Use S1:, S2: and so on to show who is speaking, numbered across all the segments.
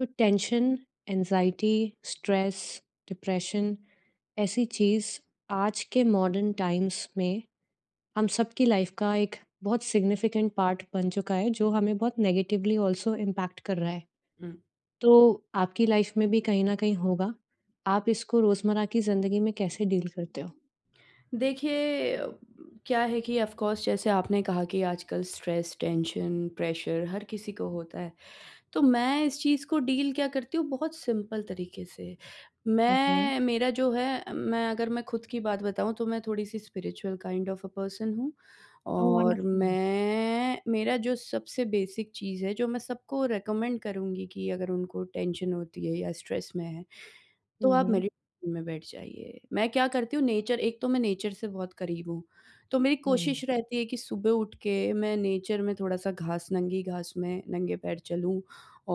S1: तो tension, anxiety, stress, depression ऐसी चीज़ आज के मॉडर्न टाइम्स में हम सबकी लाइफ का एक बहुत सिग्निफिकेंट पार्ट बन चुका है, जो हमें बहुत नेगेटिवली ऑल्सो इम्पैक्ट कर रहा है।
S2: हुँ।
S1: तो आपकी लाइफ में भी कहीं न कहीं होगा। आप इसको रोज़मर्रा की ज़िंदगी में कैसे डील करते हो?
S2: देखिए, क्या है कि ऑफ़ कोर्स जैसे आपने कहा कि आजकल स्ट्रेस, टेंशन, प्रेशर हर किसी को होता है। तो मैं इस चीज़ को डील क्या करती हूँ बहुत सिंपल तरीके से।
S1: ओके।
S2: मैं मेरा जो है मैं अगर मैं खुद की बात बताऊँ तो मैं थोड़ी-सी spiritual kind of a person हूँ
S1: ओह
S2: और
S1: वंडरफुल।
S2: मैं मेरा जो सबसे बेसिक चीज़ है जो मैं सबको रिकमेंड करूँगी कि अगर उनको टेंशन होती है या स्ट्रेस में है तो
S1: हुँ,
S2: आप
S1: हुँ,
S2: मेडिटेशन में बैठ जाइए। मैं क्या करती हूँ नेचर एक तो मैं नेचर से बहुत करीब हूँ, तो मेरी
S1: हुँ,
S2: कोशिश रहती है कि सुबह उठ के मैं नेचर में थोड़ा-सा घास नंगी घास में नंगे पैर चलूँ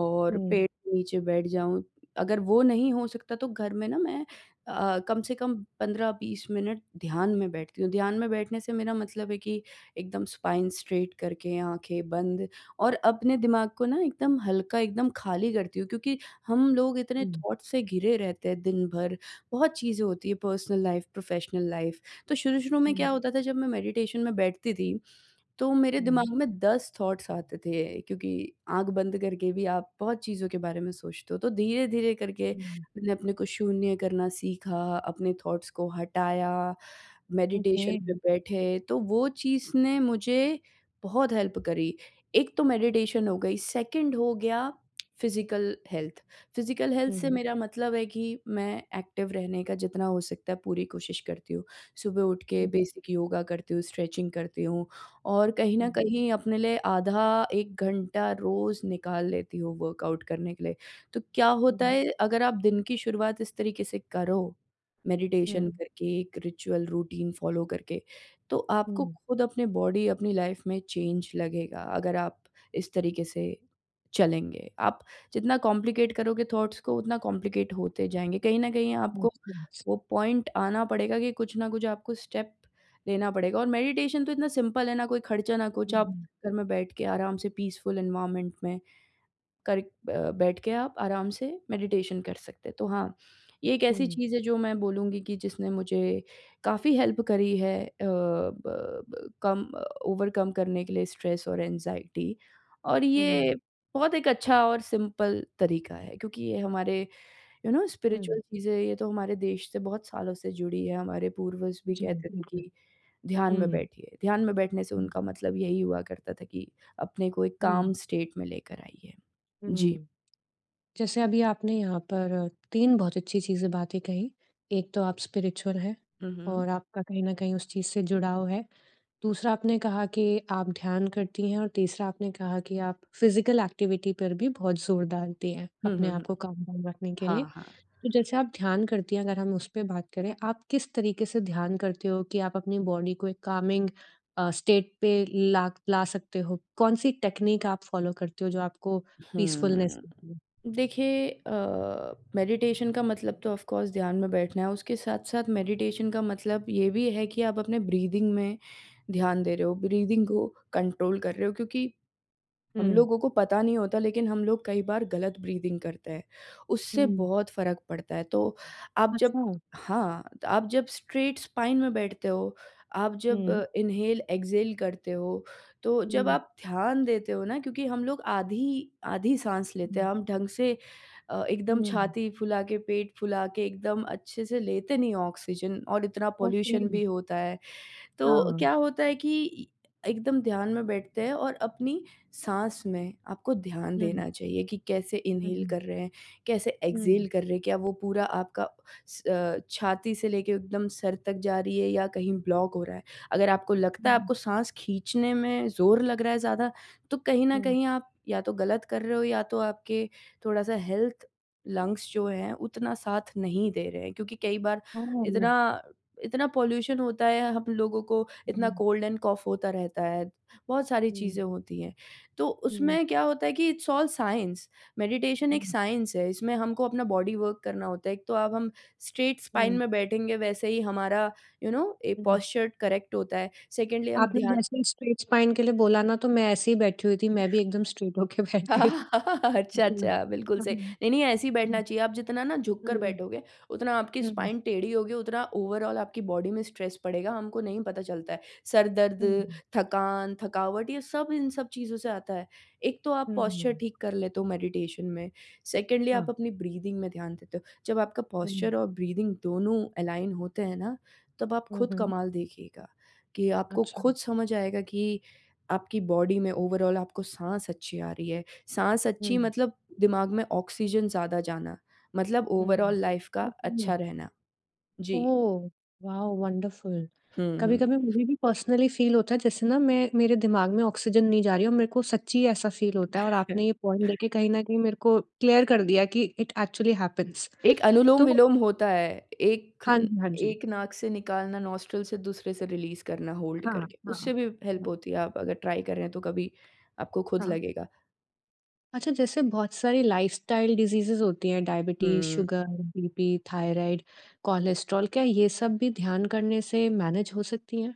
S2: और
S1: हुँ,
S2: पेड़ के नीचे बैठ जाऊँ। अगर वो नहीं हो सकता तो घर में ना मैं कम से कम 15-20 मिनट ध्यान में बैठती हूँ। ध्यान में बैठने से मेरा मतलब है कि एकदम स्पाइन स्ट्रेट करके, आँखें बंद और अपने दिमाग को ना एकदम हल्का, एकदम खाली करती हूँ क्योंकि हम लोग इतने थॉट से घिरे रहते हैं दिन भर, बहुत चीज़ें होती हैं पर्सनल लाइफ़, प्रोफेशनल लाइफ़। तो शुरू-शुरू में
S1: हुँ,
S2: क्या होता था जब मैं मेडिटेशन में बैठती थी तो मेरे
S1: हुँ,
S2: दिमाग में 10 थॉट्स आते थे क्योंकि आँख बंद करके भी आप बहुत चीज़ों के बारे में सोचते हो। तो धीरे-धीरे करके
S1: हुँ,
S2: मैंने अपने को शून्य करना सीखा, अपने थॉट्स को हटाया, मेडिटेशन
S1: ओके।
S2: में बैठे, तो वो चीज़ ने मुझे बहुत हेल्प करी। एक तो मेडिटेशन हो गई, सेकंड हो गया फिज़िकल हेल्थ। फिज़िकल हेल्थ से
S1: हुँ,
S2: मेरा मतलब है कि मैं एक्टिव रहने का जितना हो सकता है पूरी कोशिश करती हूँ। सुबह उठ के
S1: हुँ,
S2: बेसिक योगा करती हूँ, स्ट्रेचिंग करती हूँ। और कहीं
S1: हुँ,
S2: न कहीं अपने लिए आधा 1 घंटा रोज़ निकाल लेती हूँ वर्कआउट करने के लिए। तो क्या होता
S1: हुँ,
S2: है अगर आप दिन की शुरुआत इस तरीके से करो, मेडिटेशन करके, एक रिचुअल रूटीन फ़ॉलो करके, तो आपको
S1: हुँ,
S2: खुद अपने बॉडी, अपनी लाइफ़ में चेंज लगेगा अगर आप इस तरीके से चलेंगे। आप जितना कॉम्प्लिकेट करोगे थॉट्स को उतना कॉम्प्लिकेट होते जाएँगे। कहीं न कहीं
S1: हुँ,
S2: आपको वो पॉइंट आना पड़ेगा कि कुछ ना कुछ आपको स्टेप लेना पड़ेगा और मेडिटेशन तो इतना सिंपल है ना कोई खर्चा ना कुछ, आप
S1: हुँ,
S2: घर में बैठ के आराम से पीसफुल एनवायरनमेंट में बैठ के आप आराम से मेडिटेशन कर सकते हैं। तो हाँ, ये एक ऐसी
S1: हुँ,
S2: चीज़ है जो मैं बोलूँगी कि जिसने मुझे काफ़ी हेल्प करी है अ, ब ब कम ओवरकम करने के लिए स्ट्रेस और एंग्ज़ायटी और
S1: हुँ, हुँ,
S2: ये बहुत एक अच्छा और सिंपल तरीका है क्योंकि ये हमारे यू नो
S1: हुँ।
S2: स्पिरिचुअल चीज़ें ये तो हमारे देश से बहुत सालों से जुड़ी है, हमारे पूर्वज भी
S1: जी,
S2: कहते थे
S1: बिल्कुल।
S2: कि ध्यान में
S1: हुँ,
S2: बैठिए। ध्यान में बैठने से
S1: हुँ,
S2: उनका मतलब यही हुआ करता था कि अपने को एक
S1: हुँ,
S2: काम स्टेट में लेकर आइए। जी।
S1: हुँ। जैसे अभी आपने यहाँ पर 3 बहुत अच्छी चीज़ें बातें कहीं। एक तो आप स्पिरिचुअल हैं
S2: हुँ, हुँ।
S1: और आपका कहीं न कहीं उस चीज़ से जुड़ाव है। दूसरा आपने कहा कि आप ध्यान करती हैं और तीसरा आपने कहा कि आप फिज़िकल एक्टिविटी पर भी बहुत ज़ोर डालती हैं,
S2: हुँ,
S1: अपने
S2: हुँ, हुँ।
S1: आप को काम डाउन रखने के लिए।
S2: हाँ, हाँ।
S1: तो जैसे आप ध्यान करती हैं अगर हम उस पे बात करें, आप किस तरीके से ध्यान करते हो कि आप अपनी बॉडी को एक कामिंग स्टेट पे ला ला सकते हो? कौन-सी टेक्नीक आप फ़ॉलो करते हो जो आपको पीसफुलनेस
S2: हुँ।
S1: देती है?
S2: देखिए, मेडिटेशन का मतलब तो ऑफ़ कोर्स ध्यान में बैठना है, उसके साथ-साथ मेडिटेशन का मतलब ये भी है कि आप अपने ब्रीथिंग में ध्यान दे रहे हो, ब्रीथिंग को कंट्रोल कर रहे हो क्योंकि हम
S1: हुँ,
S2: लोगों को पता नहीं होता लेकिन हम लोग कई बार गलत ब्रीदिंग करते हैं, उससे
S1: हुँ,
S2: बहुत फ़र्क पड़ता है। तो आप जब
S1: अच्छा।
S2: हाँ, तो आप जब स्ट्रेट स्पाइन में बैठते हो, आप जब
S1: हुँ,
S2: इन्हेल एक्सहेल करते हो, तो जब
S1: हुँ,
S2: आप ध्यान देते हो ना क्योंकि हम लोग आधी आधी साँस लेते
S1: हुँ,
S2: हैं, हम ढंग से एकदम
S1: हुँ,
S2: छाती फुला के, पेट फुला के एकदम अच्छे से लेते नहीं ऑक्सीजन और इतना
S1: ओके,
S2: पॉल्यूशन भी होता है। तो
S1: हाँ।
S2: क्या होता है कि एकदम ध्यान में बैठते हैं और अपनी साँस में आपको ध्यान
S1: हुँ,
S2: देना चाहिए कि कैसे इन्हेल
S1: हुँ,
S2: कर रहे हैं, कैसे
S1: हुँ,
S2: एक्सहेल कर रहे हैं, क्या वो पूरा आपका छाती से लेके एकदम सर तक जा रही है या कहीं ब्लॉक हो रहा है। अगर आपको लगता है
S1: हुँ,
S2: आपको साँस खींचने में ज़ोर लग रहा है ज़्यादा, तो कहीं न
S1: हुँ,
S2: कहीं आप या तो गलत कर रहे हो या तो आपके थोड़ा-सा हेल्थ लंग्स जो हैं उतना साथ नहीं दे रहे हैं क्योंकि कई बार
S1: ओह!
S2: इतना इतना पॉल्यूशन होता है, हम लोगों को इतना
S1: हुँ,
S2: कोल्ड एंड कॉफ़ होता रहता है, बहुत सारी चीज़ें
S1: हुँ,
S2: होती हैं। तो
S1: हुँ,
S2: उसमें क्या होता है कि इट्स ऑल साइंस, मेडिटेशन एक
S1: हुँ,
S2: साइंस है, इसमें हमको अपना बॉडी वर्क करना होता है। एक तो अब हम स्ट्रेट स्पाइन
S1: हुँ,
S2: में बैठेंगे वैसे ही हमारा यू नो ए
S1: हुँ।
S2: पोस्चर करेक्ट होता है। सेकंडली हम
S1: आपने
S2: ध्यान
S1: जैसे स्ट्रेट स्पाइन के लिए बोला ना, तो मैं ऐसे ही बैठी हुई थी, मैं भी एकदम स्ट्रेट होके बैठ गई।
S2: हाँ, अच्छा,
S1: हुँ। हुँ,
S2: अच्छा, बिल्कुल सही।
S1: हुँ,
S2: नहीं, नहीं, ऐसे ही बैठना चाहिए। आप जितना ना झुक कर बैठोगे, उतना आपकी
S1: हुँ, हुँ,
S2: स्पाइन टेढ़ी होगी, उतना ओवरऑल आपकी बॉडी में स्ट्रेस पड़ेगा, हमको नहीं पता चलता है। सर दर्द,
S1: हुँ,
S2: थकान, थकावट ये सब इन सब चीज़ों से आता है। एक तो आप
S1: हुँ,
S2: पोस्चर
S1: हुँ,
S2: ठीक कर लेते हो मेडिटेशन में, सेकंडली
S1: हाँ,
S2: आप अपनी ब्रीदिंग में ध्यान देते हो। जब आपका
S1: हुँ,
S2: पोस्चर और ब्रीदिंग दोनों अलाइन होते हैं ना, तब आप
S1: हुँ,
S2: खुद
S1: हुँ,
S2: कमाल देखिएगा कि आपको
S1: अच्छा,
S2: खुद समझ आएगा कि आपकी बॉडी में ओवरऑल आपको साँस अच्छी आ रही है। साँस
S1: हुँ,
S2: अच्छी मतलब दिमाग में ऑक्सीजन ज़्यादा जाना, मतलब
S1: हुँ,
S2: ओवरॉल लाइफ़ का
S1: ओके,
S2: अच्छा रहना। जी।
S1: ओह! Wow wonderful.
S2: हुँ, हुँ।
S1: कभी-कभी मुझे भी पर्सनली फ़ील होता है, जैसे ना मैं मेरे दिमाग में ऑक्सीजन नहीं जा रही है और मेरे को सच्ची ऐसा फ़ील होता है और आपने ये पॉइंट देके कहीं न कहीं मेरे को क्लियर कर दिया कि इट एक्चुअली हैपेंस।
S2: एक
S1: तो
S2: अनुलोम-विलोम होता है, एक
S1: हाँ जी, हाँ जी।
S2: एक नाक से निकालना, नॉस्ट्रिल से दूसरे से रिलीज़ करना होल्ड
S1: हाँ,
S2: करके,
S1: हाँ।
S2: उससे भी हेल्प होती है, आप अगर ट्राई कर रहे हैं तो कभी आपको खुद
S1: हाँ,
S2: लगेगा।
S1: अच्छा जैसे बहुत सारी लाइफ़स्टाइल डिज़ीज़ेज़ होती हैं डायबिटीज़,
S2: हुँ।
S1: शुगर, बीपी, थायराइड, कोलेस्ट्रॉल क्या ये सब भी ध्यान करने से मैनेज हो सकती हैं?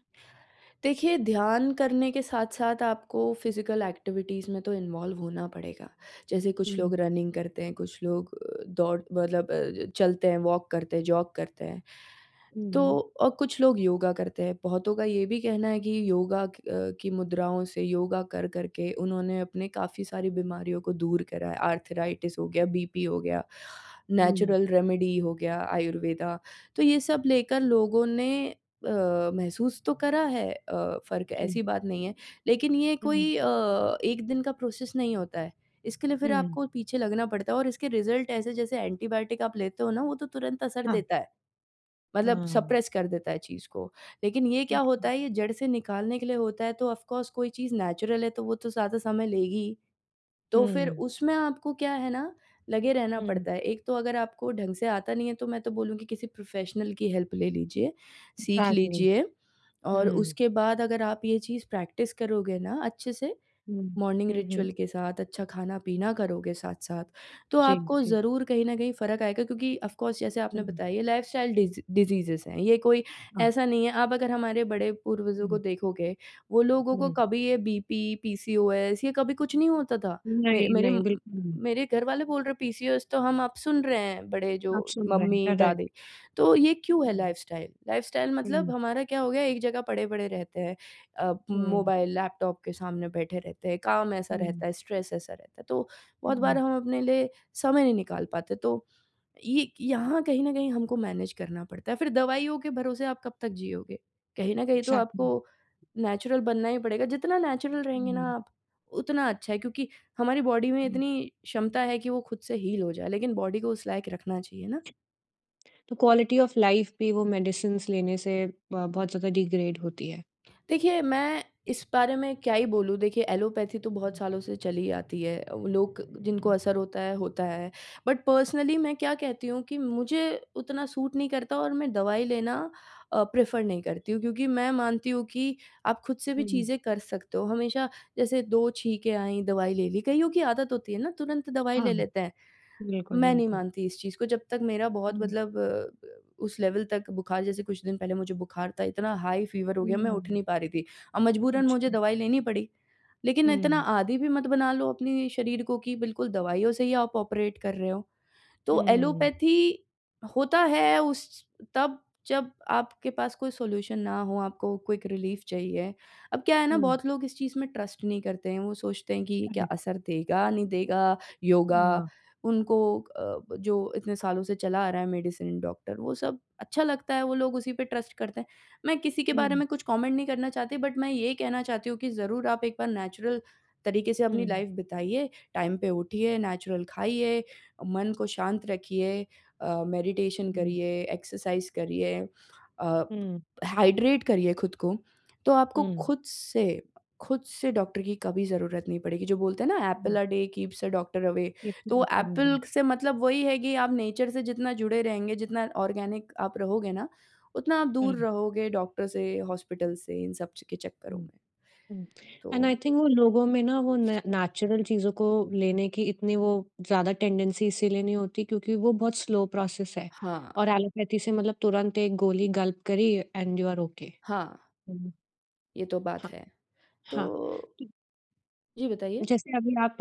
S2: देखिए, ध्यान करने के साथ-साथ आपको फ़िज़िकल एक्टिविटीज़ में तो इन्वॉल्व होना पड़ेगा। जैसे कुछ
S1: हुँ,
S2: लोग रनिंग करते हैं, कुछ लोग चलते हैं, वॉक करते हैं, जॉग करते हैं। तो
S1: हुँ,
S2: और कुछ लोग योगा करते हैं। बहुतों का ये भी कहना है कि योगा की मुद्राओं से योगा कर कर के उन्होंने अपने काफ़ी सारी बीमारियों को दूर करा है। आर्थराइटिस हो गया, बीपी हो गया,
S1: हुँ,
S2: नेचुरल रेमेडी हो गया, आयुर्वेदा। तो ये सब लेकर लोगों ने महसूस तो करा है फ़र्क
S1: जी,
S2: ऐसी बात नहीं है, लेकिन ये
S1: हुँ,
S2: कोई एक दिन का प्रोसेस नहीं होता है। इसके लिए फिर
S1: हुँ,
S2: आपको पीछे लगना पड़ता है और इसके रिज़ल्ट ऐसे जैसे एंटीबायोटिक आप लेते हो ना वो तो तुरंत असर
S1: हाँ,
S2: देता है, मतलब
S1: हाँ,
S2: सप्रेस कर देता है चीज़ को। लेकिन ये क्या
S1: ओके।
S2: होता है ये जड़ से निकालने के लिए होता है तो ऑफ़ कोर्स कोई चीज़ नेचुरल है तो वो तो ज़्यादा समय लेगी ही। तो फिर
S1: हुँ,
S2: उसमें आपको क्या है ना, लगे रहना
S1: हुँ,
S2: पड़ता है। एक तो अगर आपको ढंग से आता नहीं है तो मैं तो बोलूँगी किसी प्रोफ़ेशनल की हेल्प ले लीजिए, सीख
S1: एग्ज़ैक्टली,
S2: लीजिए और
S1: हुँ,
S2: उसके बाद अगर आप ये चीज़ प्रैक्टिस करोगे ना अच्छे से
S1: हुँ,
S2: मॉर्निंग
S1: हुँ, हुँ,
S2: रिचुअल के साथ, अच्छा खाना-पीना करोगे साथ-साथ, तो
S1: जी,
S2: आपको
S1: जी,
S2: ज़रूर कहीं न कहीं फ़र्क आएगा क्योंकि ऑफ़ कोर्स जैसे आपने
S1: हुँ,
S2: बताया ये लाइफ़स्टाइल डिज़ीज़ेज़ हैं, ये कोई
S1: हाँ,
S2: ऐसा नहीं है आप अगर हमारे बड़े पूर्वजों को
S1: हुँ,
S2: देखोगे, वो लोगों को
S1: हुँ,
S2: कभी ये बीपी, पीसीओएस ये कभी कुछ नहीं होता था। मे
S1: नहीं,
S2: मेरे
S1: नहीं,
S2: म
S1: बिल्कुल नहीं,
S2: मेरे घर वाले बोल रहे हैं पीसीओएस तो हम अब सुन रहे हैं, बड़े जो
S1: आप सुन रहे हैं,
S2: मम्मी-दादी,
S1: करेक्ट,
S2: तो ये क्यों है
S1: हुँ,
S2: लाइफ़स्टाइल? लाइफ़स्टाइल मतलब
S1: हुँ,
S2: हमारा क्या हो गया एक जगह पड़े-पड़े रहते हैं।
S1: हुँ,
S2: मोबाइल, लैपटॉप के सामने बैठे रहते हैं, काम ऐसा
S1: हुँ,
S2: रहता है, स्ट्रेस ऐसा रहता है, तो बहुत बार
S1: हुँ,
S2: हम अपने लिए समय नहीं निकाल पाते, तो ये यहाँ कहीं न कहीं हमको मैनेज करना पड़ता है। फिर दवाइयों के भरोसे आप कब तक जियोगे? कहीं न कहीं तो आपको
S1: एग्ज़ैक्टली,
S2: नेचुरल बनना ही पड़ेगा, जितना नेचुरल रहेंगे ना
S1: हुँ।
S2: आप, उतना अच्छा है क्योंकि हमारी बॉडी में इतनी क्षमता है कि वो खुद से हील हो जाए, लेकिन बॉडी को उस लायक रखना चाहिए ना।
S1: तो क्वालिटी ऑफ लाइफ भी वो मेडिसिन्स लेने से बहुत ज़्यादा डिग्रेड होती है।
S2: देखिए, मैं इस बारे में क्या ही बोलूँ, देखिए एलोपैथी तो बहुत सालों से चली आती है। लोग जिनको असर होता है, होता है। बट पर्सनली मैं क्या कहती हूँ कि मुझे उतना सूट नहीं करता और मैं दवाई लेना प्रेफ़र नहीं करती हूँ क्योंकि मैं मानती हूँ कि आप खुद से भी
S1: हुँ,
S2: चीज़ें कर सकते हो। हमेशा जैसे 2 छींकें आईं, दवाई ले ली, कईयों की आदत होती है ना तुरंत दवाई
S1: हाँ,
S2: ले लेते हैं।
S1: बिल्कुल,
S2: मैं नहीं
S1: बिल्कुल।
S2: मानती इस चीज़ को जब तक मेरा बहुत
S1: हुँ,
S2: मतलब उस लेवल तक बुखार जैसे कुछ दिन पहले मुझे बुखार था, इतना हाई फ़ीवर हो गया मैं
S1: हुँ,
S2: उठ नहीं पा रही थी। अब मजबूरन मुझे
S1: अच्छा।
S2: दवाई लेनी पड़ी। लेकिन इतना
S1: हुँ,
S2: आदी भी मत बना लो अपने शरीर को कि बिल्कुल दवाइयों से ही आप ऑपरेट कर रहे हो। तो
S1: हुँ,
S2: एलोपैथी होता है उस तब जब आपके पास कोई सॉल्यूशन ना हो, आपको क्विक रिलीफ चाहिए। अब क्या है ना
S1: हुँ,
S2: बहुत लोग इस चीज़ में ट्रस्ट नहीं करते हैं, वो सोचते हैं कि ये क्या
S1: करेक्ट,
S2: असर देगा, नहीं देगा योगा
S1: हाँ,
S2: उनको जो इतने सालों से चला आ रहा है मेडिसिन, डॉक्टर वो सब अच्छा लगता है, वो लोग उसी पे ट्रस्ट करते हैं। मैं किसी के बारे
S1: हुँ,
S2: में कुछ कमेंट नहीं करना चाहती बट मैं ये कहना चाहती हूँ कि ज़रूर आप एक बार नेचुरल तरीके से
S1: हुँ,
S2: अपनी लाइफ बिताइए, टाइम पे उठिए, नेचुरल खाइए। मन को शांत रखिए। मेडिटेशन
S1: हुँ,
S2: करिए, एक्सरसाइज़ करिए। अ,
S1: हुँ,
S2: हाइड्रेट करिए खुद को, तो आपको
S1: हुँ,
S2: खुद से डॉक्टर की कभी ज़रूरत नहीं पड़ेगी। जो बोलते हैं ना apple
S1: hmm,
S2: a day keeps a doctor away,
S1: ये आपकी
S2: तो
S1: बात तो है,
S2: एपल से मतलब वही है कि आप नेचर से जितना जुड़े रहेंगे, जितना ऑर्गेनिक आप रहोगे ना, उतना आप दूर
S1: करेक्ट,
S2: रहोगे डॉक्टर से, हॉस्पिटल से, इन सब के चक्करों
S1: हुँ।
S2: में।
S1: हुँ।
S2: तो
S1: एंड आई थिंक वो लोगों में ना वो ने नेचुरल चीज़ों को लेने की इतनी वो ज़्यादा टेंडेंसी इसीलिए नहीं होती क्योंकि वो बहुत स्लो प्रोसेस है
S2: हाँ,
S1: और एलोपैथी से मतलब तुरंत एक गोली गल्प करी एंड यू आर ओके।
S2: हाँ,
S1: हुँ।
S2: ये तो बात
S1: हाँ,
S2: है। तो
S1: हाँ।
S2: जी बताइए?
S1: जैसे अभी आप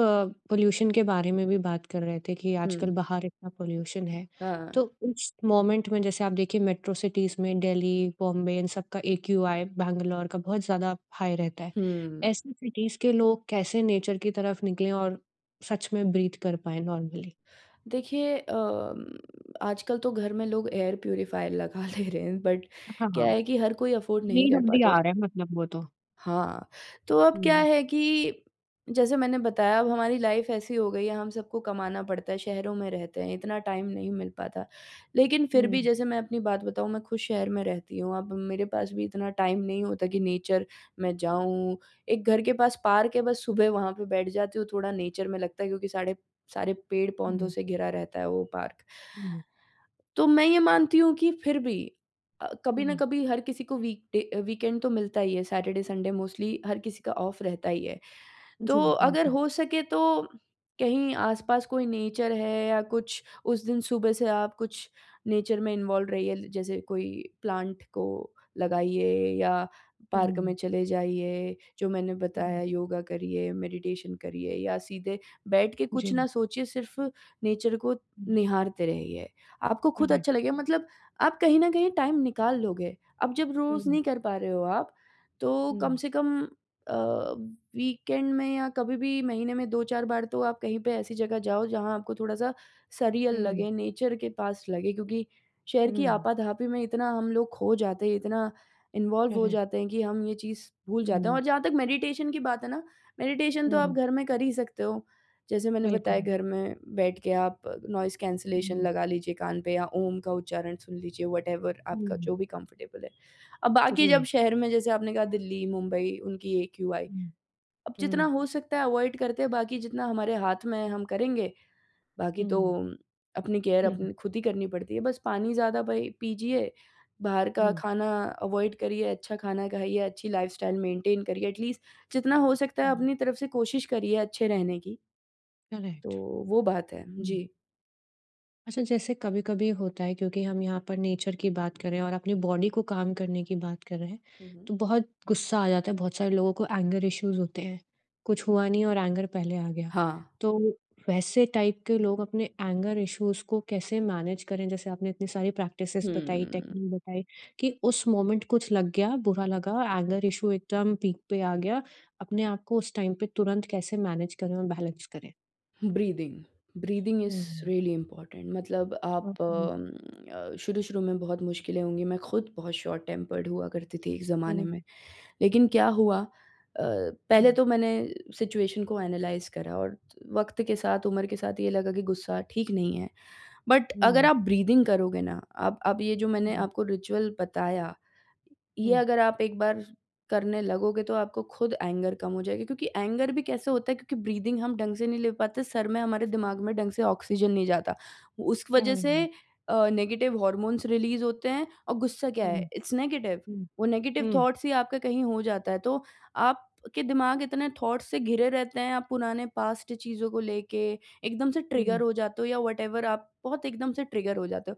S1: पोल्यूशन के बारे में भी बात कर रहे थे कि आजकल
S2: हुँ,
S1: बाहर इतना पोल्यूशन है, तो
S2: हाँ।
S1: उस मोमेंट में जैसे आप देखिए मेट्रो सिटीज़ में दिल्ली, बॉम्बे इन सब का एक्यूआई बैंगलोर का बहुत ज़्यादा हाई रहता है।
S2: हुँ।
S1: ऐसी सिटीज़ के लोग कैसे नेचर की तरफ निकलें और सच में ब्रीथ कर पाएँ नॉर्मली?
S2: देखिए आजकल तो घर में लोग एयर प्यूरीफायर लगा ले रहे हैं, बट
S1: हाँ, हाँ।
S2: क्या है कि हर कोई अफ़ोर्ड नहीं
S1: नीड
S2: कर
S1: ऑफ द
S2: पाता उस।
S1: आवर है मतलब वो तो।
S2: हाँ, तो अब क्या
S1: हुँ,
S2: है कि जैसे मैंने बताया अब हमारी लाइफ़ ऐसी हो गई है, हम सबको कमाना पड़ता है, शहरों में रहते हैं, इतना टाइम नहीं मिल पाता। लेकिन फिर
S1: हुँ,
S2: भी जैसे मैं अपनी बात बताऊँ, मैं खुद शहर में रहती हूँ, अब मेरे पास भी इतना टाइम नहीं होता कि नेचर में जाऊँ। एक घर के पास पार्क है, बस सुबह वहाँ पे बैठ जाती हूँ, थोड़ा नेचर में लगता है क्योंकि साढ़े सारे पेड़-पौधों
S1: हुँ,
S2: से घिरा रहता है वो पार्क।
S1: हुँ,
S2: तो मैं ये मानती हूँ कि फिर भी कभी न
S1: हुँ।
S2: कभी हर किसी को वीकडे वीकेंड तो मिलता ही है, सैटरडे संडे मोस्टली हर किसी का ऑफ रहता ही है।
S1: जी,
S2: तो अगर
S1: बिल्कुल।
S2: हो सके तो कहीं आसपास कोई नेचर है या कुछ, उस दिन सुबह से आप कुछ नेचर में इन्वॉल्व रहिए। जैसे कोई प्लांट को लगाइए या पार्क में
S1: हुँ,
S2: चले जाइए, जो मैंने
S1: हुँ,
S2: बताया योगा करिए, मेडिटेशन करिए या सीधे बैठ के कुछ
S1: जी,
S2: ना सोचिए, सिर्फ नेचर को
S1: हुँ,
S2: निहारते रहिए। आपको खुद
S1: करेक्ट।
S2: अच्छा लगेगा। मतलब आप कहीं ना कहीं टाइम निकाल लोगे। अब जब रोज
S1: हुँ,
S2: नहीं कर पा रहे हो आप, तो कम
S1: हुँ,
S2: से कम अ, वीकेंड में या कभी भी महीने में 2-4 बार तो आप कहीं पे ऐसी जगह जाओ जहाँ आपको थोड़ा-सा सरियल
S1: हुँ,
S2: लगे, नेचर के पास लगे क्योंकि शहर की
S1: हुँ।
S2: आपाधापी में इतना हम लोग खो जाते हैं, इतना इन्वॉल्व हो
S1: करेक्ट।
S2: जाते हैं कि हम ये चीज़ भूल जाते हैं।
S1: हुँ,
S2: और जहाँ तक मेडिटेशन की बात है ना, मेडिटेशन तो आप
S1: हुँ,
S2: घर में कर ही सकते हो। जैसे मैंने बताया
S1: बिल्कुल।
S2: घर में बैठ के आप नॉइज़ कैंसलेशन
S1: हुँ,
S2: लगा लीजिए कान पे, या ओम का उच्चारण सुन लीजिए, व्हाटएवर आपका
S1: हुँ,
S2: जो भी कंफर्टेबल है। अब बाकी जब
S1: जी।
S2: शहर में जैसे आपने कहा दिल्ली, मुंबई उनकी एक्यूआई,
S1: हुँ,
S2: अब जितना
S1: हुँ,
S2: हो सकता है अवॉइड करते हैं, बाकी जितना हमारे हाथ में है हम करेंगे, बाकी तो
S1: हुँ,
S2: अपनी केयर
S1: हुँ,
S2: अपनी खुद ही करनी पड़ती है। बस पानी ज़्यादा भई पीजिए, बाहर का
S1: हुँ,
S2: खाना अवॉइड करिए, अच्छा खाना खाइए, अच्छी लाइफ़स्टाइल मेंटेन करिए, एटलीस्ट जितना हो सकता है
S1: हुँ,
S2: अपनी तरफ से कोशिश करिए अच्छे रहने की, तो
S1: करेक्ट।
S2: वो बात है।
S1: हुँ।
S2: जी।
S1: अच्छा जैसे कभी-कभी होता है क्योंकि हम यहाँ पर नेचर की बात कर रहे हैं और अपनी बॉडी को काम करने की बात कर रहे हैं,
S2: हुँ, हुँ।
S1: तो बहुत गुस्सा आ जाता है, बहुत सारे लोगों को एंगर इश्यूज़ होते हैं। कुछ हुआ नहीं और एंगर पहले आ गया।
S2: हाँ।
S1: तो वैसे टाइप के लोग अपने एंगर इश्यूज़ को कैसे मैनेज करें? जैसे आपने इतनी सारी प्रैक्टिसेस बताई,
S2: हुँ।
S1: टेक्नीक बताई कि उस मोमेंट कुछ लग गया, बुरा लगा, एंगर इश्यू एकदम पीक पे आ गया, अपने आप को उस टाइम पे तुरंत कैसे मैनेज करें और बैलेंस करें?
S2: Breathing, breathing is
S1: hmm, hmm.
S2: Really important. मतलब आप
S1: ओके।
S2: शुरू-शुरू में बहुत मुश्किलें होंगी, मैं खुद बहुत शॉर्ट टेम्पर्ड हुआ करती थी एक
S1: हुँ,
S2: ज़माने में।
S1: हुँ,
S2: लेकिन क्या हुआ, अ, पहले तो मैंने सिचुएशन को एनालाइज़ करा और वक़्त के साथ, उम्र के साथ ये लगा कि गुस्सा ठीक नहीं है। बट अगर
S1: हुँ।
S2: आप ब्रीदिंग करोगे ना, आप ये जो मैंने
S1: हुँ,
S2: आपको रिचुअल बताया ये
S1: हुँ,
S2: अगर आप एक बार करने लगोगे, तो आपको खुद एंगर कम हो जाएगा। क्योंकि एंगर भी कैसे होता है, क्योंकि ब्रीदिंग हम ढंग से नहीं ले पाते, सर में हमारे दिमाग में ढंग से ऑक्सीजन नहीं जाता, उस
S1: कह
S2: वजह
S1: रहे
S2: से
S1: हैं।
S2: नेगेटिव हॉर्मोन्स रिलीज होते हैं और गुस्सा क्या
S1: हुँ,
S2: है, इट्स नेगेटिव।
S1: हुँ,
S2: वो नेगेटिव
S1: हुँ,
S2: थॉट्स ही आपका कहीं हो जाता है, तो आपके दिमाग इतने थॉट्स से घिरे रहते हैं, आप पुराने पास्ट चीज़ों को लेके एकदम से
S1: हुँ,
S2: ट्रिगर हो जाते हो, या वट, आप बहुत एकदम से ट्रिगर हो जाते हो।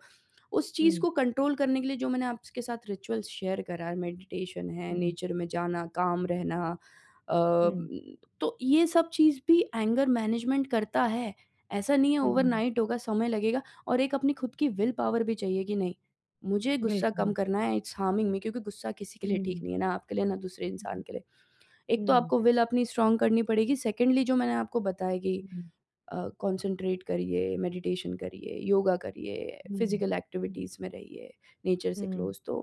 S2: उस चीज़
S1: हुँ,
S2: को कंट्रोल करने के लिए जो मैंने आपके साथ रिचुअल्स शेयर करा है, मेडिटेशन है, नेचर में जाना, काम रहना, अ,
S1: हुँ,
S2: तो ये सब चीज़ भी एंगर मैनेजमेंट करता है। ऐसा नहीं है
S1: हुँ, हुँ,
S2: ओवरनाइट होगा, समय लगेगा, और एक अपनी खुद की विल पावर भी चाहिए कि नहीं, मुझे गुस्सा
S1: बिल्कुल।
S2: कम करना है, इट्स हार्मिंग मी, क्योंकि गुस्सा किसी के
S1: हुँ,
S2: लिए ठीक
S1: हुँ,
S2: नहीं है, ना आपके लिए, ना दूसरे इंसान
S1: हुँ,
S2: के लिए। एक तो
S1: हुँ,
S2: आपको विल अपनी स्ट्रॉन्ग करनी पड़ेगी, सेकेंडली जो मैंने आपको बताया कि
S1: हुँ,
S2: कंसंट्रेट करिए, मेडिटेशन करिए, योगा करिए,
S1: हुँ,
S2: फिज़िकल एक्टिविटीज़ में रहिए, नेचर से
S1: हुँ,
S2: क्लोज़, तो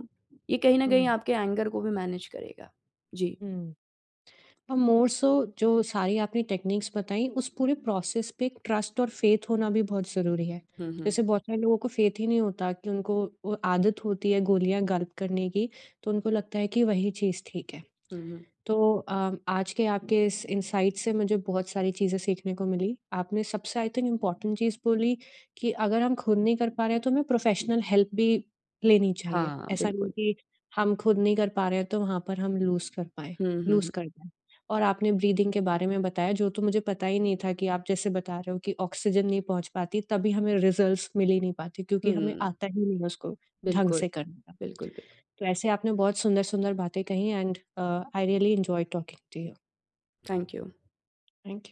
S2: ये कहीं न कहीं
S1: हुँ,
S2: आपके एंगर को भी मैनेज करेगा। जी।
S1: हुँ। और मोर सो जो सारी आपने टेक्निक्स बताई उस पूरे प्रोसेस पे एक ट्रस्ट और फ़ेथ होना भी बहुत ज़रूरी है।
S2: हुँ, हुँ।
S1: जैसे बहुत सारे लोगों को फ़ेथ ही नहीं होता कि उनको वो आदत होती है गोलियाँ गल्प करने की, तो उनको लगता है कि वही चीज़ ठीक है।
S2: हुँ, हुँ।
S1: तो आज के आपके इस इनसाइट से मुझे बहुत सारी चीज़ें सीखने को मिली। आपने सबसे आई थिंक इम्पोर्टेंट चीज़ बोली कि अगर हम खुद नहीं कर पा रहे हैं तो हमें प्रोफ़ेशनल हेल्प भी लेनी चाहिए।
S2: हाँ,
S1: ऐसा नहीं
S2: बिल्कुल।
S1: कि हम खुद नहीं कर पा रहे हैं तो वहाँ पर हम
S2: हुँ, हुँ,
S1: लूज़
S2: हुँ।
S1: कर जाएँ। और आपने ब्रीथिंग के बारे में बताया जो तो मुझे पता ही नहीं था कि आप जैसे बता रहे हो कि ऑक्सीजन नहीं पहुँच पाती तभी हमें रिज़ल्ट्स मिल ही नहीं पाते क्योंकि हमें
S2: हुँ,
S1: आता ही नहीं है उसको ढंग
S2: बिल्कुल,
S1: से करने का।
S2: बिल्कुल, बिल्कुल।
S1: तो ऐसे आपने बहुत सुंदर-सुंदर बातें कही and I really enjoyed talking to you.
S2: Thank you.
S1: Thank you.